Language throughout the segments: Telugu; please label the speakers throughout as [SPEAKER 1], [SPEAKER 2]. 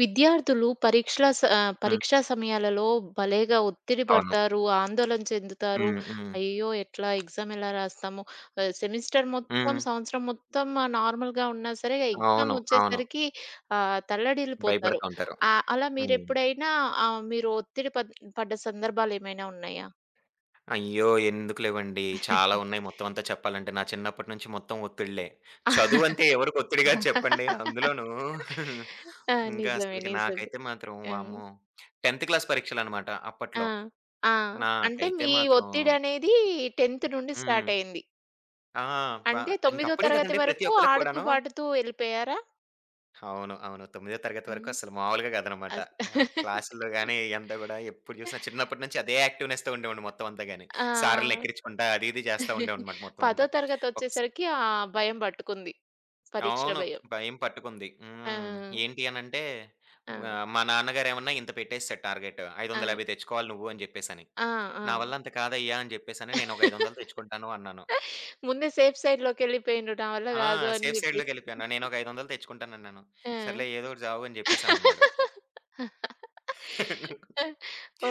[SPEAKER 1] విద్యార్థులు పరీక్షల
[SPEAKER 2] హ్మ్.
[SPEAKER 1] పరీక్షా సమయాలలో భలేగా ఒత్తిడి
[SPEAKER 2] అవును.
[SPEAKER 1] పడతారు. ఆందోళన చెందుతారు.
[SPEAKER 2] హ్మ్. హ్మ్.
[SPEAKER 1] అయ్యో! ఎట్లా ఎగ్జామ్ ఎలా రాస్తాము? సెమిస్టర్
[SPEAKER 2] హ్మ్.
[SPEAKER 1] మొత్తం, సంవత్సరం మొత్తం నార్మల్‌గా ఉన్నా సరే, ఎగ్జామ్
[SPEAKER 2] అవును. అవును.
[SPEAKER 1] వచ్చేసరికి తల్లడిల్లిపోతారు.
[SPEAKER 2] భయపడతా ఉంటారు.
[SPEAKER 1] అలా
[SPEAKER 2] హ్మ్.
[SPEAKER 1] మీరెప్పుడైనా మీరు ఒత్తిడి పడ్ పడ్డ సందర్భాలేమైనా ఉన్నాయా?
[SPEAKER 2] అయ్యో, ఎందుకు లేవండి. చాలా ఉన్నాయి, మొత్తం అంతా చెప్పాలంటే. నా చిన్నప్పటి నుంచి మొత్తం ఒత్తిళ్ళే. చదువంటే ఎవరికి ఒత్తిడి గాదు చెప్పండి? అందులోనూ
[SPEAKER 1] ఆ!
[SPEAKER 2] ఇంకా
[SPEAKER 1] నిజమే.
[SPEAKER 2] అసలకి
[SPEAKER 1] నిజమే.
[SPEAKER 2] నాకైతే మాత్రం
[SPEAKER 1] హ్మ్.
[SPEAKER 2] వామ్మో! 10థ్ క్లాస్ పరీక్షలనమాట
[SPEAKER 1] ఆ!
[SPEAKER 2] అప్పట్లో.
[SPEAKER 1] ఆ! అంటే
[SPEAKER 2] నాకైతే
[SPEAKER 1] మీ
[SPEAKER 2] మాత్రం
[SPEAKER 1] ఒత్తిడనేది 10థ్ నుండి
[SPEAKER 2] హ్మ్.
[SPEAKER 1] స్టార్ట్ అయింది.
[SPEAKER 2] ఆ! ప
[SPEAKER 1] అంటే 9థ్
[SPEAKER 2] ఇంకప్పుడే
[SPEAKER 1] తరగతి
[SPEAKER 2] కదండీ ప్రతి
[SPEAKER 1] వరకు
[SPEAKER 2] ఒక్కళ్ళకి
[SPEAKER 1] ఆడుతూ
[SPEAKER 2] కూడాను.
[SPEAKER 1] పాడుతూ ఎళ్ళిపోయారా?
[SPEAKER 2] అవును, అవును. 9థ్ తరగతి
[SPEAKER 1] ఆ!
[SPEAKER 2] వరకు అసలు మామూలుగా కాదనమాట.
[SPEAKER 1] అస్
[SPEAKER 2] ఆ! క్లాసుల్లో గాని ఇయంతా గూడా ఎప్పుడు చూసినా చిన్నప్పటి నుంచి అదే యాక్టివ్‌నెస్‌తో ఉండేవాడిని మొత్తం అంతా గాని. సారుల్ని
[SPEAKER 1] ఆ!
[SPEAKER 2] ఎక్కిరించుకుంటా అది ఇది చేస్తా ఉండేవాడినమాట మొత్తం
[SPEAKER 1] 10థ్
[SPEAKER 2] అంతా. ఒకస్
[SPEAKER 1] తరగతొచ్చేసరికి ఆ భయం పట్టుకుంది. పరీక్ష
[SPEAKER 2] అవును.
[SPEAKER 1] భయం.
[SPEAKER 2] భయం పట్టుకుంది.
[SPEAKER 1] ఆ!
[SPEAKER 2] హ్మ్. ఏంటి అనంటే
[SPEAKER 1] ఆ!
[SPEAKER 2] మా మా నాన్నగారేమన్నా ఇంత పెట్టేసాడు టార్గెట్.
[SPEAKER 1] ఆ!
[SPEAKER 2] 550 తెచ్చుకోవాలి నువ్వు అని చెప్పేసని.
[SPEAKER 1] ఆ!
[SPEAKER 2] నా
[SPEAKER 1] ఆ!
[SPEAKER 2] వల్ల అంత కాదయ్యా అని చెప్పేసని నేను ఒక 500 తెచ్చుకుంటాను అన్నాను.
[SPEAKER 1] ముందే సేఫ్ సైడ్‌లోకెళ్ళిపోయిండ్రు నా వల్ల
[SPEAKER 2] ఆ!
[SPEAKER 1] కాదు అని
[SPEAKER 2] సేఫ్
[SPEAKER 1] చెప్పి.
[SPEAKER 2] సైడ్‌లోకెళ్ళిపోయాను. నేను ఒక 500 తెచ్చుకుంటానన్నాను.
[SPEAKER 1] ఆ!
[SPEAKER 2] సర్లే ఏదో ఒకటి జావు అని చెప్పేసనన్నాడు.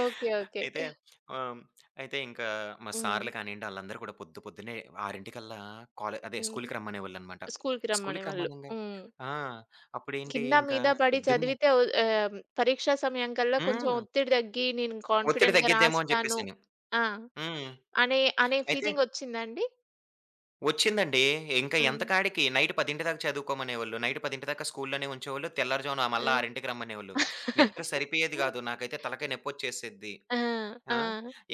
[SPEAKER 1] ఓకే. ఓకే.
[SPEAKER 2] అయితే ఆహ్, అయితే ఇంకా మా
[SPEAKER 1] హ్మ్.
[SPEAKER 2] సార్‌లు కానియండి ఆళ్ళందరూ కూడా పొద్దు పొద్దున్నే 6:00కల్లా అదే
[SPEAKER 1] హ్మ్.
[SPEAKER 2] స్కూల్‌కి రమ్మనేవాళ్ళనమాట.
[SPEAKER 1] స్కూలుకి
[SPEAKER 2] స్కూల్‌కి
[SPEAKER 1] రమ్మనేవాళ్ళు.
[SPEAKER 2] రమ్మనంగానే
[SPEAKER 1] హ్మ్.
[SPEAKER 2] ఆ! అప్పుడేంటి
[SPEAKER 1] కింద
[SPEAKER 2] ఇంకా
[SPEAKER 1] మీద పడి
[SPEAKER 2] పొద్దున్నే
[SPEAKER 1] చదివితే పరీక్షా సమయం కల్లా కొంచెం
[SPEAKER 2] హ్మ్.
[SPEAKER 1] ఒత్తిడి తగ్గి నేను
[SPEAKER 2] ఒత్తిడి
[SPEAKER 1] కాన్ఫిడెంట్‌గా
[SPEAKER 2] తగ్గిద్దేమో అని
[SPEAKER 1] రాస్తాను.
[SPEAKER 2] చెప్పేసని.
[SPEAKER 1] ఆ!
[SPEAKER 2] హ్మ్.
[SPEAKER 1] అనే అనే
[SPEAKER 2] అయితే
[SPEAKER 1] ఫీలింగ్ ఒచ్చిందా అండి?
[SPEAKER 2] వచ్చిందండి. ఇంకా
[SPEAKER 1] ఆ!
[SPEAKER 2] ఎంతకాడికి నైట్ 10:00 దాకా చదువుకోమనేవాళ్ళు. నైట్ 10:00 దాకా స్కూల్‌లోనే ఉంచేవాళ్ళు. తెల్లారుజామున
[SPEAKER 1] ఆ!
[SPEAKER 2] మళ్ళా 6:00కి రమ్మనేవాళ్ళు. నిద్ర సరిపోయేది గాదు. నాకైతే తలకాయ నొప్పొచ్చేసేది.
[SPEAKER 1] ఆ!
[SPEAKER 2] ఆ!
[SPEAKER 1] ఆ!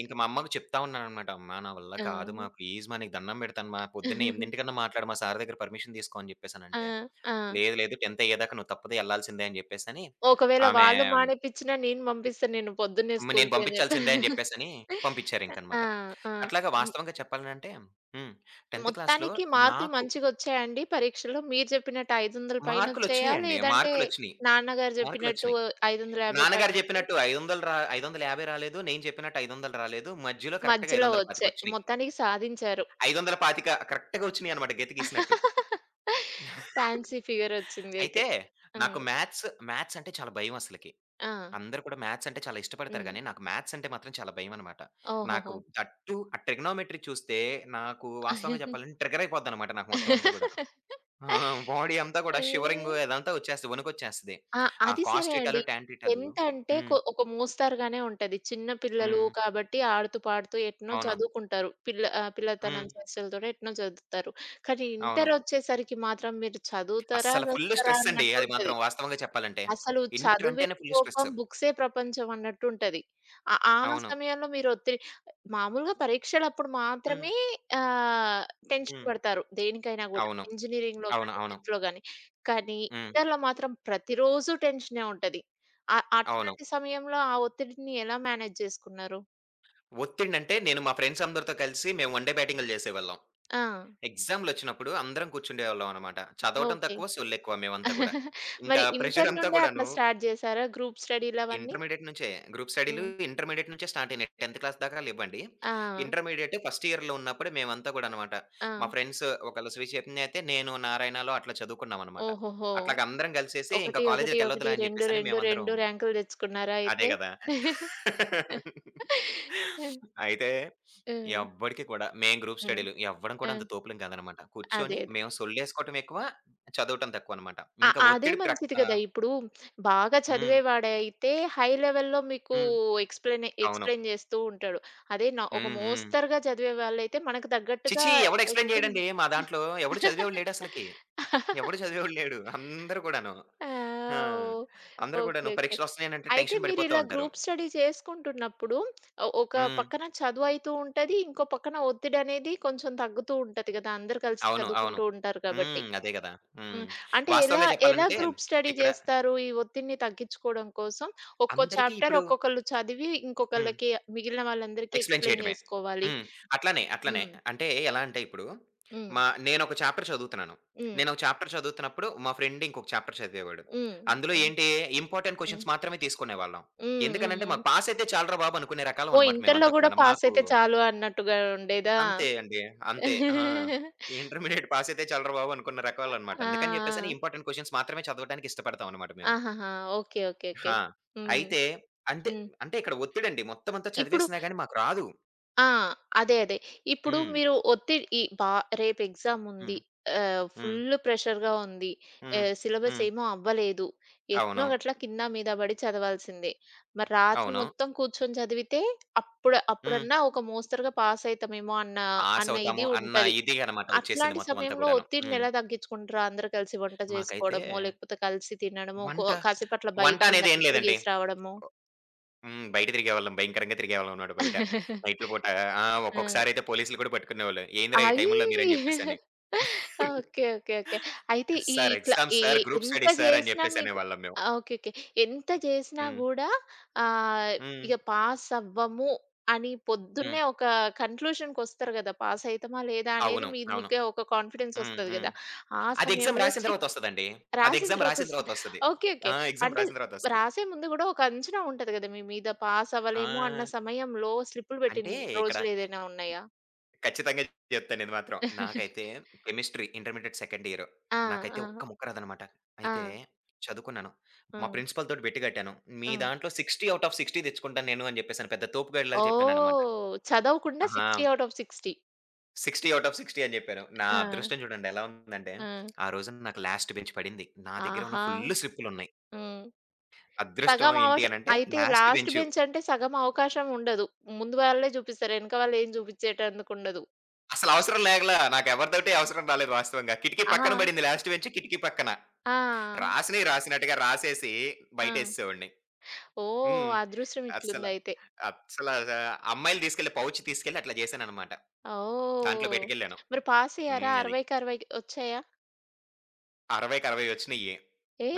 [SPEAKER 2] ఇంక మా అమ్మకి చెప్తా ఉన్నాననమాట. అమ్మ నా వల్ల
[SPEAKER 1] ఆ!
[SPEAKER 2] కాదు మా, ప్లీజ్ మా, నీకు దండం పెడతాను మా. పొద్దున్నే 8:00 కన్నా మాట్లాడు, మా సార్ దగ్గర పర్మిషన్ తీసుకో అని
[SPEAKER 1] ఆ!
[SPEAKER 2] చెప్పేసనంటే,
[SPEAKER 1] ఆ!
[SPEAKER 2] లేదు లేదు 10థ్ అయ్యేదాకా నువ్వు తప్పదు ఎళ్ళాల్సిందే అని చెప్పేసని,
[SPEAKER 1] ఒకవేళ
[SPEAKER 2] ఆమె
[SPEAKER 1] వాళ్ళు
[SPEAKER 2] హ్మ్.
[SPEAKER 1] మానేపిచ్చినా నేను పంపిస్తా నిన్ను పొద్దున్నే
[SPEAKER 2] నేను
[SPEAKER 1] స్కూలుకి అని జెప్పి.
[SPEAKER 2] పంపించాల్సిందే అని చెప్పేసని
[SPEAKER 1] ఆ!
[SPEAKER 2] పంపించారింకనమాట.
[SPEAKER 1] ఆ!
[SPEAKER 2] అట్లాగా వాస్తవంగా చెప్పాలనంటే హ్మ్. 10థ్ క్లాస్‌లో
[SPEAKER 1] మొత్తానికి మార్కులు
[SPEAKER 2] నాకు
[SPEAKER 1] మంచిగొచ్చాయండి పరీక్షలో? మీరు చెప్పినట్టు 500 పైనొచ్చాయా?
[SPEAKER 2] మార్కులొచ్చినియండి.
[SPEAKER 1] లేదంటే
[SPEAKER 2] మార్కులొచ్చినియి.
[SPEAKER 1] నాన్నగారు చెప్పినట్టు
[SPEAKER 2] మార్కులొచ్చినియి.
[SPEAKER 1] 550
[SPEAKER 2] నాన్నగారు
[SPEAKER 1] పైనొచ్చాయా?
[SPEAKER 2] చెప్పినట్టు 500 రా 550 రాలేదు. నేను చెప్పినట్టు 500 రాలేదు. మధ్యలో కరెక్ట్‌గా
[SPEAKER 1] మధ్యలో
[SPEAKER 2] 525
[SPEAKER 1] వచ్చాయి.
[SPEAKER 2] వచ్చినియి.
[SPEAKER 1] మొత్తానికి సాధించారు.
[SPEAKER 2] 525 కరెక్ట్‌గా వచ్చినియన్నమాట, గీత గీసినట్టు.
[SPEAKER 1] ఫ్యాన్సీ ఫిగరొచ్చిందయితే.
[SPEAKER 2] అయితే నాకు
[SPEAKER 1] హ్మ్.
[SPEAKER 2] మ్యాథ్స్ అంటే చాలా భయమసలకి.
[SPEAKER 1] ఆ!
[SPEAKER 2] అందరూ కూడా మ్యాథ్స్ అంటే చాలా ఇష్టపడతారు
[SPEAKER 1] హ్మ్.
[SPEAKER 2] గానీ, నాకు మ్యాథ్స్ అంటే మాత్రం చాలా భయమన్నమాట. నాకు
[SPEAKER 1] ఓహోహో!
[SPEAKER 2] ఆ ట్రిగనోమెట్రీ చూస్తే నాకు వాస్తవంగా చెప్పాలంటే ట్రిగ్గర్ అయిపోద్దన్నమాట నాకు మొత్తం అంతా గూడాను. ఆ! బాడీ అంతా కూడా
[SPEAKER 1] ఆ!
[SPEAKER 2] షివరింగ్ అదంతా వచ్చేస్తది. వణుకొచ్చేస్తది.
[SPEAKER 1] ఆ!
[SPEAKER 2] ఆ
[SPEAKER 1] అది
[SPEAKER 2] కాస్
[SPEAKER 1] సరే
[SPEAKER 2] థీటాలు,
[SPEAKER 1] అండి.
[SPEAKER 2] టాన్ థీటాలు
[SPEAKER 1] ఎంతంటే
[SPEAKER 2] హ్మ్.
[SPEAKER 1] ఒక మోస్తరుగానే ఉంటది. చిన్న పిల్లలు
[SPEAKER 2] హ్మ్.
[SPEAKER 1] కాబట్టి ఆడుతూ పాడుతూ ఎట్నో
[SPEAKER 2] అవును.
[SPEAKER 1] చదువుకుంటారు. పిల్లతనం
[SPEAKER 2] హ్మ్.
[SPEAKER 1] చేష్టలతోటి ఎట్నో చదువుతారు. కానీ
[SPEAKER 2] అవును.
[SPEAKER 1] ఇంటరొచ్చేసరికి మాత్రం మీరు చదువుతారా,
[SPEAKER 2] అస్సల ఫుల్
[SPEAKER 1] చస్తారా
[SPEAKER 2] స్ట్రెస్ అండి అది
[SPEAKER 1] అన్నట్టుంటది.
[SPEAKER 2] మాత్రం వాస్తవంగా చెప్పాలంటే.
[SPEAKER 1] అసలు
[SPEAKER 2] ఇంటర్
[SPEAKER 1] చదువే
[SPEAKER 2] అంటేనే ఫుల్ స్ట్రెస్.
[SPEAKER 1] లోకం, బుక్సే ప్రపంచం అన్నట్టుంటది. ఆ ఆ
[SPEAKER 2] అవును.
[SPEAKER 1] సమయంలో మీరు ఒత్తిడి మామూలుగా పరీక్షలప్పుడు
[SPEAKER 2] హ్మ్.
[SPEAKER 1] మాత్రమే ఆహ్, టెన్షన్
[SPEAKER 2] హ్మ్.
[SPEAKER 1] పడతారు దేనికైనా గూడా.
[SPEAKER 2] అవును.
[SPEAKER 1] ఇంజినీరింగ్‌లో
[SPEAKER 2] అవును.
[SPEAKER 1] గాని,
[SPEAKER 2] అవును.
[SPEAKER 1] 10థ్ గాని. కానీ
[SPEAKER 2] హ్మ్.
[SPEAKER 1] ఇంటర్‌లో మాత్రం ప్రతిరోజు టెన్షనే ఉంటది.
[SPEAKER 2] అవును.
[SPEAKER 1] అట్లాంటి సమయంలో ఆ ఒత్తిడిని ఎలా మేనేజ్ చేసుకున్నారు?
[SPEAKER 2] ఒత్తిడంటే నేను మా ఫ్రెండ్స్ అందరితో కలిసి మేము వన్ డే బ్యాటింగులు చేసేవాళ్ళం.
[SPEAKER 1] ఆ!
[SPEAKER 2] ఎగ్జామ్‌లొచ్చినప్పుడు అందరం కూర్చుండేవాళ్ళం అన్నమాట. చదవటం
[SPEAKER 1] ఓకే.
[SPEAKER 2] తక్కువ, సొల్లెక్కువ మేమంతా గూడా. ఇంకా
[SPEAKER 1] మరి
[SPEAKER 2] ప్రెషర్
[SPEAKER 1] ఇంటర్
[SPEAKER 2] అంతా
[SPEAKER 1] నుండే అట్లా
[SPEAKER 2] గూడాను
[SPEAKER 1] స్టార్ట్ జేసారా గ్రూప్ స్టడీలవన్నీ?
[SPEAKER 2] ఇంటర్మీడియేట్ నుంచే గ్రూప్ స్టడీలు
[SPEAKER 1] హ్మ్.
[SPEAKER 2] ఇంటర్మీడియేట్ నుంచే స్టార్ట్ అయినాయి. 10థ్ క్లాస్ దాకా లేవ్వండి.
[SPEAKER 1] ఆ!
[SPEAKER 2] ఇంటర్మీడియేట్ ఫస్ట్ ఇయర్‌లో ఉన్నప్పుడే మేమంతా గూడా అన్నమాట.
[SPEAKER 1] ఆ!
[SPEAKER 2] మా ఫ్రెండ్స్ ఒకళ్ళు శ్రీ చైతన్య అయితే నేను నారాయణలో అట్లా చదువుకున్నామన్నమాట.
[SPEAKER 1] ఓహోహో!
[SPEAKER 2] అట్లాగా అందరం కలిసేసి ఇంకా
[SPEAKER 1] 1, 1, 1,
[SPEAKER 2] కాలేజీలకెళ్ళొద్దులే అని
[SPEAKER 1] 2,
[SPEAKER 2] చెప్పేసని
[SPEAKER 1] 2,
[SPEAKER 2] మేమందరం.
[SPEAKER 1] 2 ర్యాంకులు తెచ్చుకున్నారా
[SPEAKER 2] అదే
[SPEAKER 1] అయితే?
[SPEAKER 2] గదా!
[SPEAKER 1] హ్మ్.
[SPEAKER 2] అయితే ఎవ్వడికి కూడా మేము గ్రూప్
[SPEAKER 1] హ్మ్.
[SPEAKER 2] స్టడీలు ఎవ్వడం కూడా
[SPEAKER 1] ఆ!
[SPEAKER 2] అంత తోపులం కాదనమాట.
[SPEAKER 1] అదే.
[SPEAKER 2] కూర్చొని
[SPEAKER 1] అదే.
[SPEAKER 2] మేము సొల్లేసుకోవటం ఎక్కువ, చదవటం తక్కువనమాట. ఇంకా
[SPEAKER 1] అదే
[SPEAKER 2] ఒత్తిడి
[SPEAKER 1] మంచిది కదా! ఇప్పుడు బాగా
[SPEAKER 2] హ్మ్.
[SPEAKER 1] చదివేవాడైతే హై లెవెల్‌లో మీకు
[SPEAKER 2] హ్మ్.
[SPEAKER 1] ఎక్స్‌ప్లెయిన్
[SPEAKER 2] అవును.
[SPEAKER 1] ఎక్స్‌ప్లెయిన్ చేస్తూ ఉంటాడు. అదే నా ఒక
[SPEAKER 2] హ్మ్. హ్మ్.
[SPEAKER 1] మోస్తరుగా చదివే వాళ్ళైతే మనకు తగ్గట్టుగా
[SPEAKER 2] ఛీఛీ! ఎవడు ఎక్స్‌ప్లెయిన్
[SPEAKER 1] ఎక్స్‌ప్లెయిన్ చే
[SPEAKER 2] చేయడండి. మా దాంట్లో ఎవడు చదివేవాడు లేడసలకి. ఎవడు చదివేవాడు లేడు. అందరూ కూడాను.
[SPEAKER 1] ఆ!
[SPEAKER 2] ఆ!
[SPEAKER 1] ఓహ్!
[SPEAKER 2] అందరూ కూడాను
[SPEAKER 1] ఓకే. ఓకే.
[SPEAKER 2] పరీక్షలొస్తున్నాయనంటే
[SPEAKER 1] అయితే
[SPEAKER 2] టెన్షన్ పడిపోతా
[SPEAKER 1] మీరిలా
[SPEAKER 2] ఉంటారు.
[SPEAKER 1] గ్రూప్ స్టడీ చేసుకుంటున్నప్పుడు ఒక
[SPEAKER 2] హ్మ్.
[SPEAKER 1] పక్కన చదువయితూ ఉంటది. ఇంకో పక్కన ఒత్తిడనేది కొంచెం తగ్గుతూ ఉంటది గదా! అందరూ కలిసి
[SPEAKER 2] అవును. అవును.
[SPEAKER 1] చదువుకుంటూ ఉంటారు కాబట్టి.
[SPEAKER 2] హ్మ్. అదే గదా! హ్మ్.
[SPEAKER 1] హ్మ్. అంటే ఎలా
[SPEAKER 2] వాస్తవంగా
[SPEAKER 1] ఎలా
[SPEAKER 2] చెప్పాలంటే
[SPEAKER 1] గ్రూప్ స్టడీ
[SPEAKER 2] ఇక్కడ
[SPEAKER 1] జేస్తారు ఈ ఒత్తిడిని తగ్గించుకోవడం కోసం? ఒక్కో
[SPEAKER 2] అందరికీ
[SPEAKER 1] చాప్టర్
[SPEAKER 2] ఇప్పుడు
[SPEAKER 1] ఒక్కొక్కళ్ళు చదివి
[SPEAKER 2] హ్మ్.
[SPEAKER 1] ఇంకొకళ్ళకి మిగిలిన వాళ్ళందరికీ
[SPEAKER 2] ఎక్స్‌ప్లెయిన్
[SPEAKER 1] ఎక్స్‌ప్లెయిన్
[SPEAKER 2] చేయటమే.
[SPEAKER 1] జేసుకోవాలి.
[SPEAKER 2] హ్మ్. అట్లనే, అట్లనే.
[SPEAKER 1] హ్మ్.
[SPEAKER 2] అంటే ఎలా అంటే ఇప్పుడు
[SPEAKER 1] హ్మ్.
[SPEAKER 2] నేనొక చాప్టర్ చదువుతున్నాను.
[SPEAKER 1] హ్మ్.
[SPEAKER 2] నేనొక చాప్టర్ చదువుతున్నప్పుడు మా ఫ్రెండ్ ఇంకొక చాప్టర్ చదివేవాడు.
[SPEAKER 1] హ్మ్.
[SPEAKER 2] అందులో
[SPEAKER 1] హ్మ్.
[SPEAKER 2] ఏంటి ఇంపార్టెంట్ క్వెషన్స్
[SPEAKER 1] హ్మ్.
[SPEAKER 2] మాత్రమే తీసుకునేవాళ్ళం.
[SPEAKER 1] హ్మ్. హ్మ్.
[SPEAKER 2] ఎందుకనంటే
[SPEAKER 1] హ్మ్.
[SPEAKER 2] మాకు పాస్ అయితే చాలురా బాబు అనుకునే రకాలం
[SPEAKER 1] ఓహ్!
[SPEAKER 2] అనమాట
[SPEAKER 1] ఇంటర్‌లో
[SPEAKER 2] మేమంతా
[SPEAKER 1] గూడా
[SPEAKER 2] కూడాను. మాకు
[SPEAKER 1] పాసయితే చాలు అన్నట్టుగా ఉండేదా?
[SPEAKER 2] అంతే అండి. అంతే. ఆ!
[SPEAKER 1] ఆ!
[SPEAKER 2] ఇంటర్మీడియేట్ పాస్ అయితే చాలురా బాబు అనుకున్న రకాలనమాట. అందుకని చెప్పేసని
[SPEAKER 1] ఆ!
[SPEAKER 2] ఇంపార్టెంట్ క్వెషన్స్ మాత్రమే చదవడానికి ఇష్టపడతాం అనమాట మేము.
[SPEAKER 1] ఆహాహా! ఓకే. ఓకే. ఓకే.
[SPEAKER 2] ఆ!
[SPEAKER 1] హ్మ్.
[SPEAKER 2] అయితే అంటే,
[SPEAKER 1] హ్మ్.
[SPEAKER 2] అంటే ఇక్కడ ఒత్తిడండి. మొత్తం అంతా
[SPEAKER 1] ఇప్పుడు
[SPEAKER 2] చదివేసినా గాని మాకు రాదు.
[SPEAKER 1] ఆ! అదే. అదే. ఇప్పుడు
[SPEAKER 2] హ్మ్.
[SPEAKER 1] మీరు ఒత్తిడి ఈ బా రేపు ఎగ్జాముంది.
[SPEAKER 2] హ్మ్. హ్మ్.
[SPEAKER 1] ఫుల్ ప్రెషర్‌గా ఉంది.
[SPEAKER 2] హ్మ్.
[SPEAKER 1] సిలబస్
[SPEAKER 2] హ్మ్.
[SPEAKER 1] ఏమో అవ్వలేదు. ఎట్నో
[SPEAKER 2] అవును.
[SPEAKER 1] గట్లా కింద మీద పడి చదవాల్సిందే. మరి రాత్రి
[SPEAKER 2] అవును.
[SPEAKER 1] మొత్తం కూర్చొని చదివితే అప్పుడు
[SPEAKER 2] హ్మ్.
[SPEAKER 1] అప్పుడన్నా ఒక మోస్తరుగా పాస్ అయితామేమో అన్న అన్న
[SPEAKER 2] పాసవుతాము
[SPEAKER 1] ఇది
[SPEAKER 2] అన్న
[SPEAKER 1] ఉంటది.
[SPEAKER 2] ఇది అన్నమాట వచ్చేసింది
[SPEAKER 1] అట్లాంటి
[SPEAKER 2] మొత్తం అంతా
[SPEAKER 1] సమయంలో
[SPEAKER 2] గూడాను. హ్మ్.
[SPEAKER 1] ఒత్తిడినెలా తగ్గించుకుంటారు? అందరూ కలిసి వంట
[SPEAKER 2] మాకైతే
[SPEAKER 1] జేసుకోవడమో, లేకపోతే కలిసి తినడమో,
[SPEAKER 2] వంట,
[SPEAKER 1] కాసేపు అట్లా
[SPEAKER 2] వంట
[SPEAKER 1] బైక్ మీద
[SPEAKER 2] అనేది ఏం
[SPEAKER 1] అట్లా
[SPEAKER 2] లేదండి.
[SPEAKER 1] తిరిగేసి రావడమో.
[SPEAKER 2] హ్మ్. బయట తిరిగేవాళ్ళం. భయంకరంగా తిరిగేవాళ్ళం అన్నమాట బయట. నైట్‌ల పూట ఆ!
[SPEAKER 1] ఆ!
[SPEAKER 2] ఒక్కొక్కసారయితే పోలీసులు కూడా పట్టుకునేవాళ్ళు. "ఏందిరా ఈ టైముల్లో మీరని"
[SPEAKER 1] అయ్యి!
[SPEAKER 2] జెప్పేసని.
[SPEAKER 1] ఓకే. ఓకే. ఓకే. అయితే ఈ
[SPEAKER 2] "సార్
[SPEAKER 1] ఇట్లా
[SPEAKER 2] ఎగ్జామ్స్
[SPEAKER 1] ఏ
[SPEAKER 2] సార్, గ్రూప్
[SPEAKER 1] ఎంత
[SPEAKER 2] స్టడీస్ సార్" అని
[SPEAKER 1] జేసినా
[SPEAKER 2] జెప్పేసి
[SPEAKER 1] మీకు
[SPEAKER 2] అనేవాళ్ళం మేము.
[SPEAKER 1] ఆ! ఓకే. ఓకే. ఎంత జేసినా
[SPEAKER 2] హ్మ్.
[SPEAKER 1] గూడా ఆహ్,
[SPEAKER 2] హ్మ్.
[SPEAKER 1] ఇగ పాస్ అవ్వము అని
[SPEAKER 2] హ్మ్.
[SPEAKER 1] పొద్దున్నే ఒక కన్‌క్లూషన్‌కొస్తారు గదా! పాస్ అయితమా లేదా అనేది
[SPEAKER 2] అవును.
[SPEAKER 1] మీది
[SPEAKER 2] అవును.
[SPEAKER 1] మీకే ఒక కాన్ఫిడెన్స్
[SPEAKER 2] హ్మ్.
[SPEAKER 1] ఒస్తది
[SPEAKER 2] హ్మ్.
[SPEAKER 1] గదా! ఆ
[SPEAKER 2] అది ఎగ్జామ్
[SPEAKER 1] సమయంలో
[SPEAKER 2] రాసిన
[SPEAKER 1] స్లిప్
[SPEAKER 2] తర్వాత వస్తదండి. అది
[SPEAKER 1] రాసిన
[SPEAKER 2] ఎగ్జామ్
[SPEAKER 1] తర్వాత
[SPEAKER 2] రాసిన తర్వాత వస్తది.
[SPEAKER 1] ఓకే.
[SPEAKER 2] ఆ!
[SPEAKER 1] ఓకే.
[SPEAKER 2] ఎగ్జామ్
[SPEAKER 1] అంటే
[SPEAKER 2] రాసిన తర్వాత వస్తది.
[SPEAKER 1] రాసే ముందు గూడా ఒక అంచనా ఉంటది గదా! మీ మీద పాస్ అవ్వలేము అన్న
[SPEAKER 2] ఆ!
[SPEAKER 1] సమయంలో స్లిప్పులు
[SPEAKER 2] అంటే
[SPEAKER 1] పెట్టిన
[SPEAKER 2] ఇక్కడ
[SPEAKER 1] రోజులేదైనా ఉన్నాయా?
[SPEAKER 2] ఖచ్చితంగా చెప్తాను ఇది మాత్రం. నాకైతే కెమిస్ట్రీ ఇంటర్మీడియేట్ సెకండ్ ఇయర్.
[SPEAKER 1] ఆ!
[SPEAKER 2] నాకైతే ఒక్క
[SPEAKER 1] ఆ!
[SPEAKER 2] ముక్క రాదనమాట. అయితే
[SPEAKER 1] ఆ!
[SPEAKER 2] చదువుకున్నాను. మా
[SPEAKER 1] హ్మ్.
[SPEAKER 2] ప్రిన్సిపల్ తోటి బెట్టు కట్టాను. మీ
[SPEAKER 1] హ్మ్.
[SPEAKER 2] దాంట్లో 60/60 తెచ్చుకుంటాను నేను అని జెప్పేసని పెద్ద తోపుగాడిలాగా చెప్పాననమాట.
[SPEAKER 1] ఓహ్! చదవకుండా
[SPEAKER 2] ఆహా!
[SPEAKER 1] 60 ఔట్ ఆఫ్ 60.
[SPEAKER 2] 60/60 అని జెప్పాను. నా
[SPEAKER 1] ఆ!
[SPEAKER 2] అదృష్టం చూడండి ఎలా ఉందంటే,
[SPEAKER 1] ఆ!
[SPEAKER 2] ఆ రోజున నాకు లాస్ట్ బెంచ్ పడింది. నా దగ్గర ఉన్న
[SPEAKER 1] ఆహా!
[SPEAKER 2] ఫుల్ స్లిప్పులున్నాయి.
[SPEAKER 1] హ్మ్.
[SPEAKER 2] అదృష్టం
[SPEAKER 1] సగం
[SPEAKER 2] ఏంటి
[SPEAKER 1] అవష్
[SPEAKER 2] అనంటే
[SPEAKER 1] అయితే
[SPEAKER 2] లాస్ట్
[SPEAKER 1] లాస్ట్
[SPEAKER 2] బెంచు.
[SPEAKER 1] బెంచ్ అంటే సగం అవకాశం ఉండదు. ముందు వాళ్ళే జూపిస్తారు. ఎనక వాళ్ళేం జూపిచ్చేటందుకుండదు.
[SPEAKER 2] అసలు అవసరం లేకలా. నాకెవరితోటి అవసరం రాలేదు వాస్తవంగా. కిటికీ
[SPEAKER 1] ఆహా!
[SPEAKER 2] పక్కన పడింది, లాస్ట్ బెంచ్ కిటికీ పక్కన.
[SPEAKER 1] ఆ!
[SPEAKER 2] రాసినయి రాసినట్టుగా రాసేసి
[SPEAKER 1] ఆ!
[SPEAKER 2] బయటేసేసేవాడిని. హ్మ్.
[SPEAKER 1] ఓహ్! అదృష్టం
[SPEAKER 2] అస్సల,
[SPEAKER 1] ఇట్లుందయితే.
[SPEAKER 2] అస్సల అమ్మాయిలు తీసుకెళ్ళే పౌచ్ తీసుకెళ్ళి అట్లా జేశాననమాట. దాంట్లో
[SPEAKER 1] ఓహ్!
[SPEAKER 2] పెట్టుకెళ్ళాను.
[SPEAKER 1] మరి పాసయ్యారా?
[SPEAKER 2] హ్మ్. అది.
[SPEAKER 1] 60కి 60 వచ్చాయా?
[SPEAKER 2] 60కి 60 వచ్చినయి.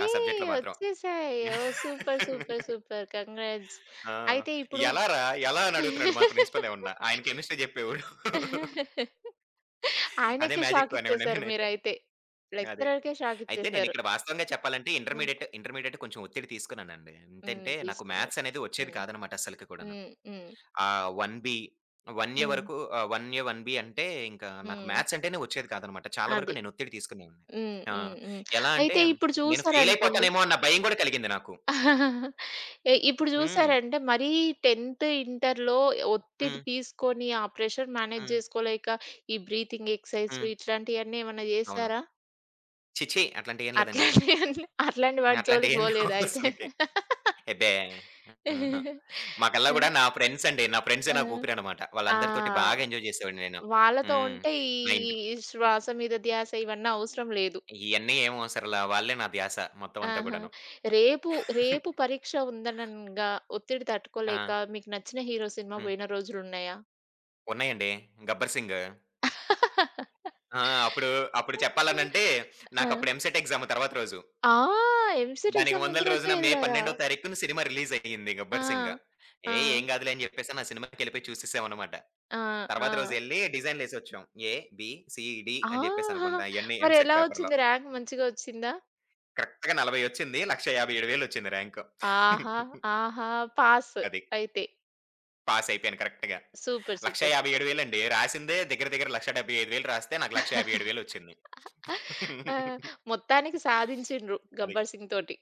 [SPEAKER 2] నా సబ్జెక్ట్‌లో మాత్రం.
[SPEAKER 1] వచ్చేసాయి. ఓహ్! సూపర్. సూపర్. సూపర్. కంగ్రాట్స్.
[SPEAKER 2] ఆ!
[SPEAKER 1] అయితే ఇప్పుడు
[SPEAKER 2] "ఎలారా? ఎలా?" అని అడుగుతున్నాడు మా ప్రిన్సిపల్ ఏమన్నా. ఆయన కెమిస్ట్రీ జెప్పేవాడు. అదే
[SPEAKER 1] ఆయనకే
[SPEAKER 2] మ్యాజిక్కు
[SPEAKER 1] షాక్
[SPEAKER 2] అనేవాడిని
[SPEAKER 1] ఇచ్చేసారు
[SPEAKER 2] నేనైతే.
[SPEAKER 1] మీరైతే.
[SPEAKER 2] అదే.
[SPEAKER 1] లెక్చరర్‌కే షాక్
[SPEAKER 2] అయితే
[SPEAKER 1] ఇచ్చేసారు.
[SPEAKER 2] నేనిక్కడ వాస్తవంగా చెప్పాలంటే
[SPEAKER 1] హ్మ్.
[SPEAKER 2] ఇంటర్మీడియేట్ కొంచెం ఒత్తిడి తీసుకున్నానండి.
[SPEAKER 1] హ్మ్.
[SPEAKER 2] ఎంతంటే నాకు మ్యాథ్స్
[SPEAKER 1] తీసుకున్నారు.
[SPEAKER 2] అనేది వచ్చేది
[SPEAKER 1] హ్మ్.
[SPEAKER 2] కాదనమాట అస్సలకి కూడాను.
[SPEAKER 1] హ్మ్. హ్మ్.
[SPEAKER 2] 1 బి 1 ఏ
[SPEAKER 1] హ్మ్.
[SPEAKER 2] వరకు 1 ఏ, 1 బి అంటే ఇంకా నాకు
[SPEAKER 1] హ్మ్.
[SPEAKER 2] మ్యాథ్స్ అంటేనే వచ్చేది కాదనమాట. చాలా వరకు
[SPEAKER 1] అది.
[SPEAKER 2] నేను ఒత్తిడి తీసుకునేవాడిని.
[SPEAKER 1] హ్మ్.
[SPEAKER 2] ఆ!
[SPEAKER 1] హ్మ్. హ్మ్.
[SPEAKER 2] ఎలా అంటే
[SPEAKER 1] అయితే ఇప్పుడు
[SPEAKER 2] నేను ఫెయిల్
[SPEAKER 1] చూసారనుకోండి
[SPEAKER 2] అయిపోతానేమో అన్న భయం గూడా కలిగింది నాకు.
[SPEAKER 1] ఇప్పుడు
[SPEAKER 2] హ్మ్.
[SPEAKER 1] జూసారంటే మరీ 10థ్, ఇంటర్‌లో ఒత్తిడి
[SPEAKER 2] హ్మ్.
[SPEAKER 1] తీసుకొని, ఆ ప్రెషర్ మేనేజ్
[SPEAKER 2] హ్మ్.
[SPEAKER 1] జేసుకోలేక, ఈ బ్రీతింగ్
[SPEAKER 2] హ్మ్.
[SPEAKER 1] ఎక్సర్‌సైజ్‌లు ఇట్లాంటియన్నీ ఏమన్నా
[SPEAKER 2] అవును.
[SPEAKER 1] జేసారా?
[SPEAKER 2] ఛీ! ఛీ! అట్లాంటియేం లేదండి.
[SPEAKER 1] అట్లాంటియన్నీ అట్లాంటి వాటి జోలికి
[SPEAKER 2] అట్లాంటియేం లేవు
[SPEAKER 1] బోలేదా అయితే?
[SPEAKER 2] అసలకి. అబ్బే! ఆహా! మా కల్లా గూడా నా ఫ్రెండ్స్ అండి. నా ఫ్రెండ్సే
[SPEAKER 1] ఆ!
[SPEAKER 2] నాకు ఊపిరనమాట. వాళ్ళందరితోటి బాగా
[SPEAKER 1] ఆ!
[SPEAKER 2] ఎంజాయ్ చేసేవాడిని నేను.
[SPEAKER 1] వాళ్ళతో
[SPEAKER 2] హ్మ్.
[SPEAKER 1] ఉంటే ఈ
[SPEAKER 2] నా ఇంట్లో
[SPEAKER 1] ఈ శ్వాస మీద ధ్యాస ఇవన్నీ అవసరం లేదు.
[SPEAKER 2] ఇయన్నీ ఏం అవసరంలా. వాళ్ళే నా ధ్యాస మొత్తం అంతా
[SPEAKER 1] ఆహా!
[SPEAKER 2] గూడాను.
[SPEAKER 1] రేపు, రేపు పరీక్ష ఉందనంగా ఒత్తిడి
[SPEAKER 2] ఆ!
[SPEAKER 1] తట్టుకోలేక మీకు నచ్చిన హీరో సినిమా
[SPEAKER 2] హ్మ్.
[SPEAKER 1] బోయిన రోజులున్నాయా?
[SPEAKER 2] ఉన్నాయండి. 'గబ్బర్ సింగ్.' ఆ! అప్పుడు, అప్పుడు చెప్పాలనంటే
[SPEAKER 1] ఆ!
[SPEAKER 2] నాకప్పుడు ఎంసెట్ ఎగ్జామ్ తర్వాత రోజు.
[SPEAKER 1] ఆ! ఎంసెట్
[SPEAKER 2] దానికి
[SPEAKER 1] ఎగ్జామ్
[SPEAKER 2] ముందల
[SPEAKER 1] ముందు రోజే
[SPEAKER 2] రోజున మే
[SPEAKER 1] ఎళ్లారా?
[SPEAKER 2] 12వ తారీఖున సినిమా రిలీజ్ అయ్యింది
[SPEAKER 1] ఆ!
[SPEAKER 2] 'గబ్బర్ సింగ్.'
[SPEAKER 1] ఆ!
[SPEAKER 2] ఏయ్! ఏం గాదులే అని జెప్పేసని ఆ సినిమాకెళ్ళిపోయి చూసేసామనమాట.
[SPEAKER 1] ఆ!
[SPEAKER 2] తర్వాత రోజు
[SPEAKER 1] ఆ!
[SPEAKER 2] ఎళ్లి డిజైన్‌లేసొచ్చాం. ఏ, బి, సి, డి అని
[SPEAKER 1] ఆహా!
[SPEAKER 2] జెప్పేసనుకుంటా ఇయన్నీ
[SPEAKER 1] మరి
[SPEAKER 2] ఎంసెట్
[SPEAKER 1] ఎలా
[SPEAKER 2] పేపర్‌లో.
[SPEAKER 1] వచ్చింది ర్యాంక్ మంచిగా వచ్చిందా?
[SPEAKER 2] కరెక్ట్‌గా 40 ఒచ్చింది. 1,57,000 ఒచ్చింది ర్యాంకు.
[SPEAKER 1] ఆహా! ఆహా! పాస్
[SPEAKER 2] అది.
[SPEAKER 1] అయితే.
[SPEAKER 2] పాస్ అయిపోయాను కరెక్ట్‌గా.
[SPEAKER 1] సూపర్. సూపర్. సూపర్.
[SPEAKER 2] 1,57,000 అండి. రాసిందే దగ్గర దగ్గర 1,75,000 రాస్తే నాకు 1,57,000 ఒచ్చింది.
[SPEAKER 1] ఆ! మొత్తానికి సాధించిండ్రు
[SPEAKER 2] అది.
[SPEAKER 1] గబ్బర్ సింగ్ తోటి.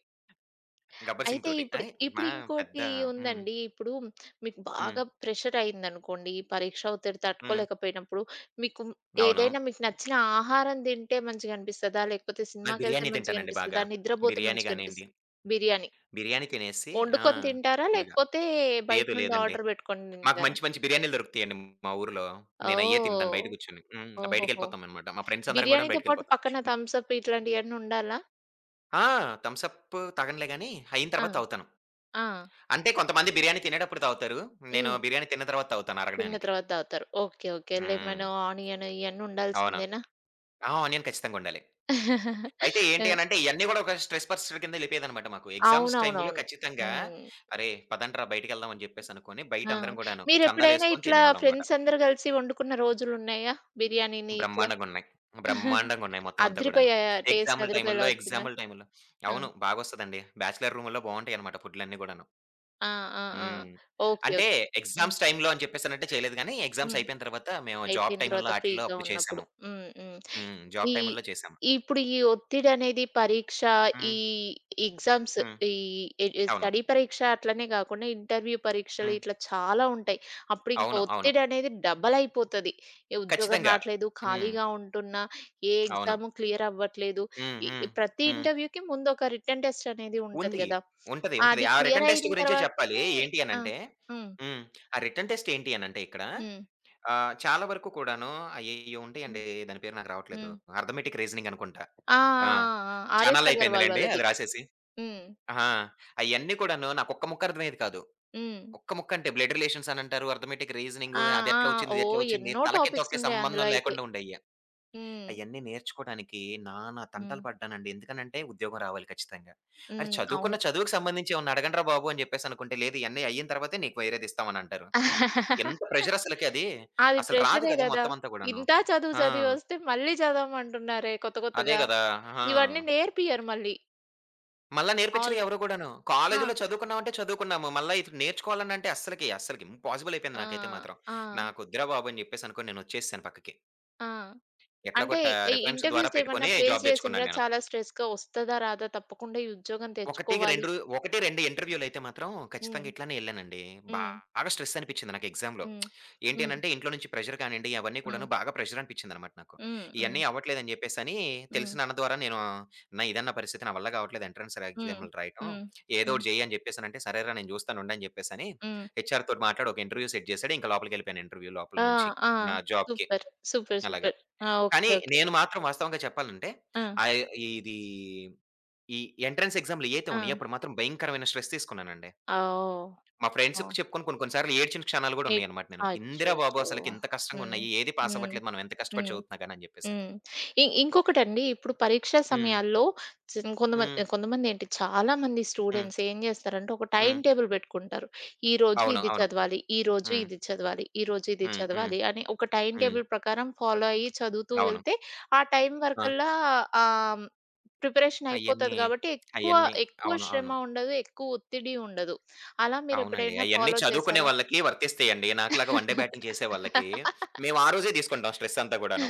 [SPEAKER 2] 'గబ్బర్ సింగ్'
[SPEAKER 1] అయితే
[SPEAKER 2] తోటి. మా
[SPEAKER 1] ఇప్పుడు
[SPEAKER 2] పెద్ద
[SPEAKER 1] ఇంకోటి
[SPEAKER 2] హ్మ్.
[SPEAKER 1] ఉందండి. ఇప్పుడు మీకు
[SPEAKER 2] హ్మ్.
[SPEAKER 1] బాగా ప్రెషర్ అయిందనుకోండి. ఈ పరీక్ష ఒత్తిడి
[SPEAKER 2] హ్మ్.
[SPEAKER 1] తట్టుకోలేకపోయినప్పుడు మీకు
[SPEAKER 2] అవును.
[SPEAKER 1] ఏదైనా మీకు నచ్చిన ఆహారం తింటే మంచిగనిపిస్తదా? లేకపోతే
[SPEAKER 2] నాకు
[SPEAKER 1] సినిమాకెళ్తే
[SPEAKER 2] బిర్యానీ తింటానండి బాగా.
[SPEAKER 1] మంచిగనిపిస్తదా? నిద్రబోతే
[SPEAKER 2] బిర్యానీ
[SPEAKER 1] మంచిగనిపిస్
[SPEAKER 2] గానియండి.
[SPEAKER 1] బిర్యానీ.
[SPEAKER 2] బిర్యానీ తినేసి ఆ!
[SPEAKER 1] వండుకొని తింటారా?
[SPEAKER 2] ఫుల్‌గా.
[SPEAKER 1] లేకపోతే బయట
[SPEAKER 2] లేదు
[SPEAKER 1] నుండి
[SPEAKER 2] లేదండి.
[SPEAKER 1] ఆర్డర్ పెట్టుకొని
[SPEAKER 2] మాకు
[SPEAKER 1] తింటారా?
[SPEAKER 2] మంచి మంచి బిర్యానీలు దొరుకుతాయండి మా ఊర్లో. నేనయ్యే తింటాను
[SPEAKER 1] ఓహ్!
[SPEAKER 2] బయట కూర్చొని. హ్మ్.
[SPEAKER 1] ఓహోహో!
[SPEAKER 2] బయటికెళ్ళిపోతామనమాట. మా ఫ్రెండ్స్ అందరం గూడాను
[SPEAKER 1] బిర్యానీతో పాటు
[SPEAKER 2] బయటికెళ్ళిపోతాం.
[SPEAKER 1] పక్కన థమ్స్ అప్ ఇట్లాంటియన్నీ ఉండాలా?
[SPEAKER 2] ఆ! థమ్స్ అప్ తాగనులే గానీ, అయిన
[SPEAKER 1] ఆ!
[SPEAKER 2] తర్వాత తాగుతాను.
[SPEAKER 1] ఆ!
[SPEAKER 2] అంటే కొంతమంది బిర్యానీ తినేటప్పుడు తాగుతారు. నేను
[SPEAKER 1] హ్మ్.
[SPEAKER 2] బిర్యానీ తిన్న తర్వాత తాగుతాను
[SPEAKER 1] తిన్న
[SPEAKER 2] అరగడానికి.
[SPEAKER 1] తర్వాత తాగుతారు. ఓకే. ఓకే.
[SPEAKER 2] హ్మ్.
[SPEAKER 1] లెమన్, ఆనియన్ ఇయన్నీ
[SPEAKER 2] అవును.
[SPEAKER 1] ఉండాల్సిందేనా?
[SPEAKER 2] ఆ! ఆనియన్ ఖచ్చితంగా ఉండాలి. అయితే ఏంటి
[SPEAKER 1] ఆ!
[SPEAKER 2] అనంటే, ఇయన్నీ గూడా ఒక స్ట్రెస్ బస్టర్ కింద ఎళ్ళిపోయేదనమాట మాకు, ఎగ్జామ్స్ టైమ్‌లో
[SPEAKER 1] అవునవునవును.
[SPEAKER 2] ఖచ్చితంగా.
[SPEAKER 1] హ్మ్.
[SPEAKER 2] "అరే! పదండ్రా బయటికెళ్దాం" అని జెప్పేసనుకోని బయట
[SPEAKER 1] ఆ!
[SPEAKER 2] అందరం గూడాను
[SPEAKER 1] మీరెప్పుడైనా
[SPEAKER 2] చందాలేసుకొని
[SPEAKER 1] ఇట్లా
[SPEAKER 2] తినేవాళ్ళనమాట.
[SPEAKER 1] ఫ్రెండ్స్ అందరూ కలిసి వండుకున్న రోజులున్నాయా? బిర్యానీని ఇట్లా?
[SPEAKER 2] బ్రహ్మాండంగున్నాయి. బ్రహ్మాండంగున్నాయి మొత్తం అంతా గూడాను.
[SPEAKER 1] అదిరిపోయాయా? టేస్ట్
[SPEAKER 2] ఎగ్జాముల
[SPEAKER 1] అదిరిపోయేలా
[SPEAKER 2] టైముల్లో
[SPEAKER 1] వచ్చిందా?
[SPEAKER 2] ఎగ్జాముల టైముల్లో
[SPEAKER 1] ఆ!
[SPEAKER 2] అవును. బాగొస్తదండి. బ్యాచిలర్ రూముల్లో బావుంటాయనమాట ఫుడ్‌లన్నీ గూడాను.
[SPEAKER 1] ఆ! ఆ! ఆ!
[SPEAKER 2] హ్మ్.
[SPEAKER 1] ఓకే.
[SPEAKER 2] అంటే
[SPEAKER 1] ఓకే. హ్మ్.
[SPEAKER 2] ఎగ్జామ్స్ టైమ్‌లో అని చెప్పేసనంటే చేయలేదు గానీ, ఎగ్జామ్స్
[SPEAKER 1] హ్మ్.
[SPEAKER 2] అయిపోయిన తర్వాత మేము జాబ్
[SPEAKER 1] అయిపోయిన
[SPEAKER 2] టైముల్లో
[SPEAKER 1] తర్వాత
[SPEAKER 2] ఆటిల్లో
[SPEAKER 1] ఫ్రీగా
[SPEAKER 2] అప్పుడు
[SPEAKER 1] ఉన్నప్పుడు.
[SPEAKER 2] చేశాము.
[SPEAKER 1] హ్మ్. హ్మ్.
[SPEAKER 2] హ్మ్. జాబ్
[SPEAKER 1] ఈ
[SPEAKER 2] టైముల్లో చేశాము.
[SPEAKER 1] ఇప్పుడు ఈ ఒత్తిడనేది పరీక్ష,
[SPEAKER 2] హ్మ్.
[SPEAKER 1] ఈ ఎగ్జామ్స్,
[SPEAKER 2] హ్మ్.
[SPEAKER 1] ఈ ఎ ఎ
[SPEAKER 2] అవును.
[SPEAKER 1] స్టడీ పరీక్ష అట్లనే గాకుండా ఇంటర్వ్యూ పరీక్షలు
[SPEAKER 2] హ్మ్.
[SPEAKER 1] ఇట్లా చాలా ఉంటాయి. అప్పుడు ఇంక
[SPEAKER 2] అవును. అవును.
[SPEAKER 1] ఒత్తిడనేది డబల్ అయిపోతది. ఏ ఉద్యోగం
[SPEAKER 2] ఖచ్చితంగా.
[SPEAKER 1] రాట్లేదు,
[SPEAKER 2] హ్మ్.
[SPEAKER 1] ఖాళీగా ఉంటున్నా, ఏ
[SPEAKER 2] అవును.
[SPEAKER 1] ఎగ్జామ్ క్లియర్ అవ్వట్లేదు.
[SPEAKER 2] హ్మ్.
[SPEAKER 1] ఈ
[SPEAKER 2] హ్మ్.
[SPEAKER 1] ఈ ప్రతి
[SPEAKER 2] హ్మ్.
[SPEAKER 1] ఇంటర్వ్యూకి ముందు ఒక రిటెన్ టెస్ట్ అనేది ఉంటది
[SPEAKER 2] ఉంది.
[SPEAKER 1] గదా!
[SPEAKER 2] ఉంటది. ఉంటది.
[SPEAKER 1] అది
[SPEAKER 2] ఆ
[SPEAKER 1] క్లియర్
[SPEAKER 2] రిటన్ టెస్ట్
[SPEAKER 1] అయిన
[SPEAKER 2] గురించే చెప్పాలి.
[SPEAKER 1] తర్వాతనే
[SPEAKER 2] ఏంటి
[SPEAKER 1] ఆ!
[SPEAKER 2] అనంటే
[SPEAKER 1] హ్మ్.
[SPEAKER 2] హ్మ్. ఆ రిటన్ టెస్ట్ ఏంటి అనంటే ఇక్కడ
[SPEAKER 1] హ్మ్.
[SPEAKER 2] చాలా వరకు కూడాను అయ్యయ్యో, ఉంటాయండి.
[SPEAKER 1] హ్మ్.
[SPEAKER 2] దాని పేరు నాకు రావట్లేదు.
[SPEAKER 1] హ్మ్.
[SPEAKER 2] అర్థమెటిక్ రీజనింగ్ అనుకుంటా.
[SPEAKER 1] ఆ! ఆ!
[SPEAKER 2] ఆ!
[SPEAKER 1] ఆ! ఆ! 'ఆర్ఎస్ అగర్వాల్'
[SPEAKER 2] చానాళ్ళయిపోయిందిలెండి
[SPEAKER 1] వాళ్ళది.
[SPEAKER 2] అది రాసేసి.
[SPEAKER 1] హ్మ్.
[SPEAKER 2] ఆహా! అయన్నీ కూడాను నాకొక్క ముక్క అర్థమయ్యేది కాదు.
[SPEAKER 1] హ్మ్.
[SPEAKER 2] ఒక్క ముక్క అంటే బ్లడ్ రిలేషన్స్ అనంటారు. అర్థమెటిక్ రీజనింగు
[SPEAKER 1] ఆ! ఆ!
[SPEAKER 2] అదెట్లా వచ్చింది? ఇదెట్లా
[SPEAKER 1] ఓహ్!
[SPEAKER 2] వచ్చింది?
[SPEAKER 1] ఎన్నో
[SPEAKER 2] తలకి
[SPEAKER 1] టాపిక్స్
[SPEAKER 2] తొక్కి
[SPEAKER 1] ఉండే
[SPEAKER 2] సంబంధం
[SPEAKER 1] అందులో అయితే.
[SPEAKER 2] లేకుండా ఉండేయ్యి.
[SPEAKER 1] హ్మ్.
[SPEAKER 2] అయన్నీ నేర్చుకోడానికి నానా
[SPEAKER 1] హ్మ్.
[SPEAKER 2] తంటాలు పడ్డానండి. ఎందుకనంటే ఉద్యోగం రావాలి ఖచ్చితంగా. అరె,
[SPEAKER 1] హ్మ్. అవును.
[SPEAKER 2] చదువుకున్న చదువుకి సంబంధించి ఏమన్నా అడగండ్రా బాబు అని చెప్పేసనుకుంటే, లేదు ఇయన్నీ అయిన తర్వాతే నీకు వేరేది ఇస్తామనంటారు. ఎంత ప్రెషర్ అసలకి అది.
[SPEAKER 1] అది
[SPEAKER 2] అసలు రాదు
[SPEAKER 1] ప్రెషరే
[SPEAKER 2] గదా,
[SPEAKER 1] గదా!
[SPEAKER 2] మొత్తం అంతా కూడాను.
[SPEAKER 1] ఇంత చదువు
[SPEAKER 2] ఆ!
[SPEAKER 1] చదివి వస్తే మళ్ళీ చదవమంటున్నారే కొత్త
[SPEAKER 2] అదే
[SPEAKER 1] కొత్తగా.
[SPEAKER 2] గదా! ఆ!
[SPEAKER 1] ఇవన్నీ నేర్పియరు మళ్ళీ.
[SPEAKER 2] మళ్ళా నేర్పించరు
[SPEAKER 1] ఆల్
[SPEAKER 2] ఎవరు గూడాను.
[SPEAKER 1] ఆ!
[SPEAKER 2] కాలేజీలో చదువుకున్నామంటే చదువుకున్నాము. మళ్ళా ఇటు నేర్చుకోవాలనంటే అస్సలకి ఇంపాసిబుల్ అయిపోయింది
[SPEAKER 1] ఆ!
[SPEAKER 2] నాకైతే మాత్రం.
[SPEAKER 1] ఆ!
[SPEAKER 2] నాకొద్దురా బాబు అని జెప్పేసనుకోని నేనొచ్చేసేసాను పక్కకి.
[SPEAKER 1] ఆ! అంటే
[SPEAKER 2] ఎట్లాగొట్టా
[SPEAKER 1] ఈ
[SPEAKER 2] రిఫరెన్స్ ద్వారా
[SPEAKER 1] ఇంటర్వ్యూస్ ఏమన్నా
[SPEAKER 2] పెట్టుకొని
[SPEAKER 1] ఫేస్
[SPEAKER 2] జాబ్
[SPEAKER 1] చేసిండ్రా?
[SPEAKER 2] తెచ్చుకున్నాను నేను.
[SPEAKER 1] చాలా స్ట్రెస్‌గా వస్తదా? రాదా? తప్పకుండా ఈ ఉద్యోగం
[SPEAKER 2] ఒకటికి
[SPEAKER 1] తెచ్చుకోవాలి.
[SPEAKER 2] 2 ఒకటి 2 ఇంటర్వ్యూలయితే మాత్రం
[SPEAKER 1] హ్మ్.
[SPEAKER 2] ఖచ్చితంగా ఇట్లానే ఎళ్ళానండి.
[SPEAKER 1] హ్మ్.
[SPEAKER 2] బాగా స్ట్రెస్ అనిపిచ్చింది నాకు ఎగ్జామ్‌లో.
[SPEAKER 1] హ్మ్.
[SPEAKER 2] ఏంటి
[SPEAKER 1] హ్మ్.
[SPEAKER 2] అనంటే ఇంట్లో నుంచి ప్రెషర్ కానియండి, అవన్నీ
[SPEAKER 1] హ్మ్.
[SPEAKER 2] కూడాను బాగా ప్రెషర్ అనిపిచ్చిందనమాట నాకు.
[SPEAKER 1] హ్మ్. హ్మ్.
[SPEAKER 2] ఇయన్నీ అవ్వట్లేదని జెప్పేసని
[SPEAKER 1] హ్మ్.
[SPEAKER 2] తెలిసిన అన్న ద్వారా నేను అన్న ఇదన్న పరిస్థితి. నా వల్ల గావట్లేదు ఎంట్రన్స్
[SPEAKER 1] హ్మ్.
[SPEAKER 2] ఎగ్జామ్‌లు రాయటం.
[SPEAKER 1] హ్మ్.
[SPEAKER 2] ఏదో
[SPEAKER 1] హ్మ్.
[SPEAKER 2] ఒకటి జెయ్యి అని జెప్పేసనంటే, సరేరా నేను జూస్తానుండు అని జెప్పేసని
[SPEAKER 1] హ్మ్.
[SPEAKER 2] హెచ్‌ఆర్‌తోటి మాట్లాడి ఒక ఇంటర్వ్యూ సెట్ జేశాడు. ఇంక లోపలికెళ్ళిపోయాను ఇంటర్వ్యూ లోపల
[SPEAKER 1] ఆ!
[SPEAKER 2] నుంచి.
[SPEAKER 1] ఆ!
[SPEAKER 2] నా జాబ్‌కి
[SPEAKER 1] సూపర్. సూపర్.
[SPEAKER 2] అలాగ.
[SPEAKER 1] సూపర్. ఆ! ఓకే.
[SPEAKER 2] కానీ
[SPEAKER 1] ఓకే.
[SPEAKER 2] నేను మాత్రం వాస్తవంగా చెప్పాలంటే,
[SPEAKER 1] ఆ!
[SPEAKER 2] ఆహ్, ఇది ఈ ఎంట్రన్స్ ఎగ్జామ్‌లు ఏయైతే ఉన్నాయో,
[SPEAKER 1] ఆ!
[SPEAKER 2] అప్పుడు మాత్రం భయంకరమైన స్ట్రెస్ తీసుకున్నానండి.
[SPEAKER 1] ఆ! ఓహ్!
[SPEAKER 2] మా
[SPEAKER 1] ఓహ్!
[SPEAKER 2] ఫ్రెండ్స్‌కి చెప్పుకొని కొన్ని కొన్ని సార్లు ఏడ్చిన క్షణాలు గూడా
[SPEAKER 1] ఎ
[SPEAKER 2] ఉన్నాయన్నమాట నేను.
[SPEAKER 1] అచ్చో!
[SPEAKER 2] "ఎందిరా బాబు!
[SPEAKER 1] అచ్చో!
[SPEAKER 2] అసలకి ఇంత కష్టంగా
[SPEAKER 1] హ్మ్.
[SPEAKER 2] ఉన్నాయి. ఏది పాస్
[SPEAKER 1] హ్మ్.
[SPEAKER 2] అవ్వట్లేదు. మనం ఎంత కష్టపడి
[SPEAKER 1] హ్మ్.
[SPEAKER 2] చదువుతున్నా గాని" అని జెప్పేసని.
[SPEAKER 1] హ్మ్. ఇంకొకటండి ఇప్పుడు పరీక్షా
[SPEAKER 2] హ్మ్.
[SPEAKER 1] సమయాల్లో చిన్
[SPEAKER 2] హ్మ్.
[SPEAKER 1] కొంతమంది కొంతమందేంటి చాలామంది
[SPEAKER 2] హ్మ్.
[SPEAKER 1] స్టూడెంట్స్ ఏం జేస్తారంటే, ఒక టైమ్
[SPEAKER 2] హ్మ్.
[SPEAKER 1] టేబుల్ బెట్టుకుంటారు. ఈరోజు
[SPEAKER 2] అవును.
[SPEAKER 1] ఇది
[SPEAKER 2] అవును.
[SPEAKER 1] చదవాలి, ఈరోజు
[SPEAKER 2] హ్మ్.
[SPEAKER 1] ఇది చదవాలి, ఈరోజు ఇది
[SPEAKER 2] హ్మ్. హ్మ్.
[SPEAKER 1] చదవాలి అని ఒక టైమ్
[SPEAKER 2] హ్మ్.
[SPEAKER 1] టేబుల్ ప్రకారం ఫాలో అయ్యి చదువుతూ
[SPEAKER 2] అవును.
[SPEAKER 1] వెళ్తే, ఆ టైం
[SPEAKER 2] ఆ!
[SPEAKER 1] వరకల్లా ఆహ్, ప్రిపరేషన్
[SPEAKER 2] అయన్నీ,
[SPEAKER 1] అయిపోతది గాబట్టి, ఎక్కువ
[SPEAKER 2] అయన్నీ
[SPEAKER 1] ఎక్కువ
[SPEAKER 2] అవును.
[SPEAKER 1] శ్రమ
[SPEAKER 2] అవును.
[SPEAKER 1] ఉండదు, ఎక్కువ ఒత్తిడి ఉండదు. అలా
[SPEAKER 2] అవునండి.
[SPEAKER 1] మీరెప్పుడైనా
[SPEAKER 2] అయన్నీ
[SPEAKER 1] ఫాలో
[SPEAKER 2] చదువుకునే
[SPEAKER 1] చేశారా?
[SPEAKER 2] వాళ్ళకి వర్తిస్తాయండి. నాకులాగా వన్ డే బ్యాటింగ్ చేసే వాళ్ళకి, మేము ఆ రోజే తీసుకుంటాం స్ట్రెస్ అంతా గూడాను.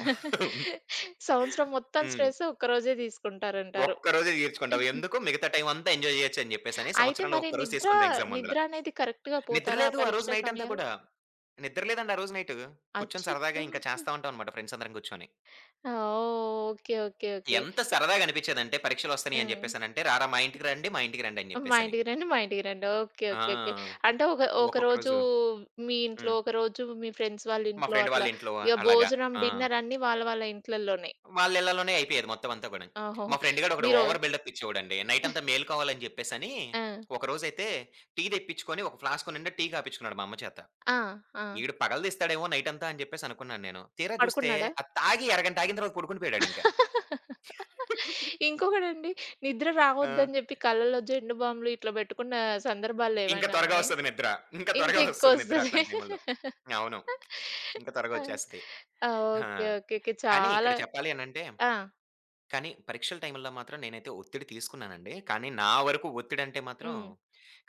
[SPEAKER 1] సంవత్సరం మొత్తం
[SPEAKER 2] హ్మ్.
[SPEAKER 1] స్ట్రెస్ ఒక్కరోజే తీసుకుంటారంటారు.
[SPEAKER 2] ఒక్కరోజే తీర్చుకుంటావు. ఎందుకు మిగతా టైం అంతా ఎంజాయ్ చేయొచ్చని జెప్పేసని
[SPEAKER 1] అయితే
[SPEAKER 2] సంవత్సరంలో
[SPEAKER 1] మరి
[SPEAKER 2] ఒక్కరోజు తీసుకుంటా ఎగ్జామ్ ముందల.
[SPEAKER 1] నిద్ర అనేది కరెక్ట్‌గా
[SPEAKER 2] నిద్ర
[SPEAKER 1] పోతారా ఆ
[SPEAKER 2] లేదు ఆ రోజు
[SPEAKER 1] పరీక్షల
[SPEAKER 2] నైట్ అంతా
[SPEAKER 1] సమయాల్లో?
[SPEAKER 2] కూడా. నిద్ర లేదండి ఆ రోజు నైటు. కూర్చొని సరదాగా
[SPEAKER 1] అచ్చచ్చో!
[SPEAKER 2] ఇంకా చేస్తా ఉంటాం అన్నమాట ఫ్రెండ్స్ అందరం కూర్చొని.
[SPEAKER 1] ఓహ్! ఓకే. ఓకే. ఓకే.
[SPEAKER 2] ఎంత సరదాగా అనిపిచ్చేదంటే పరీక్షలొస్తున్నాయి అని
[SPEAKER 1] హ్మ్.
[SPEAKER 2] జెప్పేసనంటే "రారా మా ఇంటికి రండి, మా ఇంటికి రండి" అని
[SPEAKER 1] మా
[SPEAKER 2] జెప్పేసని.
[SPEAKER 1] ఇంటికి రండి, మా ఇంటికి రండి. ఓకే. ఓకే. ఓకే.
[SPEAKER 2] ఆ!
[SPEAKER 1] అంటే
[SPEAKER 2] ఒక్కొక్క
[SPEAKER 1] ఒకరోజు
[SPEAKER 2] రోజు
[SPEAKER 1] మీ ఇంట్లో,
[SPEAKER 2] హ్మ్.
[SPEAKER 1] ఒకరోజు మీ ఫ్రెండ్స్ వాళ్ళ
[SPEAKER 2] మా
[SPEAKER 1] ఇంట్లో
[SPEAKER 2] ఫ్రెండ్ వాళ్ళ
[SPEAKER 1] అట్లా
[SPEAKER 2] ఇంట్లో
[SPEAKER 1] ఇగ
[SPEAKER 2] అలాగా.
[SPEAKER 1] భోజనం,
[SPEAKER 2] ఆ!
[SPEAKER 1] డిన్నర్ అన్నీ వాళ్ళ వాళ్ళ ఇంట్లల్లోనే.
[SPEAKER 2] వాళ్ళ ఇళ్ళలోనే అయిపోయేది మొత్తం అంతా గూడాను. మా
[SPEAKER 1] ఓహోహో!
[SPEAKER 2] ఫ్రెండ్ గాడు ఒకడు
[SPEAKER 1] మీరు
[SPEAKER 2] ఓవర్ బిల్డప్ ఇచ్చేవాడండి. నైట్ అంతా మేలుకోవాలని జెప్పేసని,
[SPEAKER 1] ఆ!
[SPEAKER 2] ఒకరోజైతే టీ దెప్పించుకొని ఒక ఫ్లాస్క్ నిండా టీ కాపిచ్చుకున్నాడు మా అమ్మ చేత.
[SPEAKER 1] ఆ! ఆ!
[SPEAKER 2] ఈడు పగలు తీస్తాడేమో నైట్ అంతా అని జెప్పేసి అనుకున్నాను నేను. తీరా జూస్తే
[SPEAKER 1] పడుకున్నాడా?
[SPEAKER 2] అది తాగి అరగంట ఆగిన తర్వాత పడుకొని పోయాడాడింక.
[SPEAKER 1] ఇంకొకడండి నిద్ర
[SPEAKER 2] ఆ!
[SPEAKER 1] రావద్దని జెప్పి కళ్ళలో జెండు బాంబులు ఇట్లా బెట్టుకున్న
[SPEAKER 2] ఇంకా
[SPEAKER 1] సందర్భాలేవైనా
[SPEAKER 2] త్వరగా
[SPEAKER 1] ఉన్నాయా?
[SPEAKER 2] వస్తది నిద్ర. ఇంకా త్వరగా వస్తది నిద్ర
[SPEAKER 1] ఇంకెక్కువొస్తది.
[SPEAKER 2] అట్లాంటి టైముల్లో. అవును. ఇంకా త్వరగా
[SPEAKER 1] ఆ!
[SPEAKER 2] ఒచ్చేస్తది.
[SPEAKER 1] ఆ!
[SPEAKER 2] ఆ!
[SPEAKER 1] ఓకే. ఓకే. ఓకే.
[SPEAKER 2] కానీ
[SPEAKER 1] చాలా
[SPEAKER 2] ఇక్కడ చెప్పాలి అనంటే
[SPEAKER 1] ఆ!
[SPEAKER 2] కానీ పరీక్షల టైంలో మాత్రం నేనైతే ఒత్తిడి తీసుకున్నానండి. కానీ నా వరకు ఒత్తిడంటే మాత్రం
[SPEAKER 1] హ్మ్.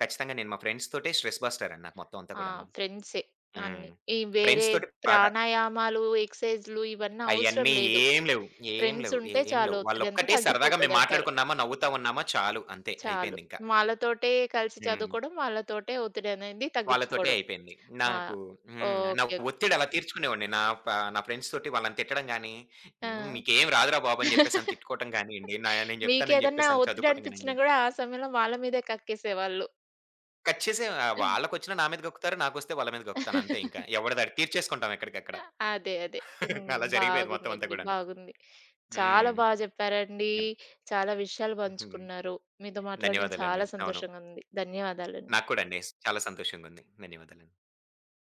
[SPEAKER 2] ఖచ్చితంగా నేను మా ఫ్రెండ్స్ తోటే స్ట్రెస్ బస్టర్ అండి నాకు మొత్తం అంతా
[SPEAKER 1] ఆ!
[SPEAKER 2] కూడాను.
[SPEAKER 1] ఫ్రెండ్సే
[SPEAKER 2] హ్మ్.
[SPEAKER 1] అన్నీ. ఈ వేరే
[SPEAKER 2] ఫ్రెండ్స్ తోటి బాగా
[SPEAKER 1] ప్రాణాయామాలు, ఎక్సర్‌సైజులు ఇవన్నీ అవసరం
[SPEAKER 2] అయన్నీ
[SPEAKER 1] లేదు.
[SPEAKER 2] ఏం లేవు. ఏం లేవు.
[SPEAKER 1] ఫ్రెండ్సుంటే
[SPEAKER 2] ఏం
[SPEAKER 1] చాలు
[SPEAKER 2] లేవు.
[SPEAKER 1] ఒత్తిడంతా
[SPEAKER 2] వాళ్ళొక్కటే సరదాగా మేము
[SPEAKER 1] తగ్గిపోతదంటారు.
[SPEAKER 2] మాట్లాడుకున్నామా, నవ్వుతా ఉన్నామా చాలు, అంతే
[SPEAKER 1] చాలు.
[SPEAKER 2] అయిపోయిందింకా.
[SPEAKER 1] వాళ్ళతోటే కలిసి
[SPEAKER 2] హ్మ్.
[SPEAKER 1] చదువుకోవడం, వాళ్ళతోటే ఒత్తిడనేది
[SPEAKER 2] వాళ్ళతోటే
[SPEAKER 1] తగ్గించుకోవడం.
[SPEAKER 2] అయిపోయింది.
[SPEAKER 1] ఆ!
[SPEAKER 2] నాకు హ్మ్. నా
[SPEAKER 1] ఓకే. ఓకే.
[SPEAKER 2] ఒత్తిడి అలా తీర్చుకునేవాడిని. నా ఫ్రెండ్స్ తోటి వాళ్ళని తిట్టడం గాని,
[SPEAKER 1] ఆ!
[SPEAKER 2] హ్మ్. "మీకేం రాదురా బాబు" అని చెప్పేసని తిట్టుకోవటం గానియండి, నేను చెప్తానని
[SPEAKER 1] మీకేదన్నా
[SPEAKER 2] చెప్పేసని
[SPEAKER 1] ఒత్తిడి
[SPEAKER 2] చదువుకోవటం
[SPEAKER 1] అనిపించినా
[SPEAKER 2] గానియండి.
[SPEAKER 1] గూడా ఆ సమయంలో వాళ్ళ మీదే కక్కేసేవాళ్ళు.
[SPEAKER 2] వాళ్ళకొచ్చినా నా మీద గక్కుతారు. నాకొస్తే వాళ్ళ మీద గక్కుతాను అంతే ఇంకా. ఎవడిది ఆడు తీర్చేసుకుంటాం ఎక్కడికక్కడ.
[SPEAKER 1] అదే. అదే. హ్మ్.
[SPEAKER 2] అలా జరిగిపోయేది మొత్తం అంతా
[SPEAKER 1] బాగుందండి.
[SPEAKER 2] గూడాను.
[SPEAKER 1] బాగుంది. చాలా
[SPEAKER 2] హ్మ్.
[SPEAKER 1] బా జెప్పారండి. చాలా విషయాలు
[SPEAKER 2] హ్మ్.
[SPEAKER 1] పంచుకున్నారు. మీతో మాట్లాడడం
[SPEAKER 2] ధన్యవాదాలండి.
[SPEAKER 1] చాలా
[SPEAKER 2] అవును.
[SPEAKER 1] సంతోషంగా ఉంది. ధన్యవాదాలండి.
[SPEAKER 2] నాకు కూడా అండి. చాలా సంతోషంగుంది. ధన్యవాదాలండి.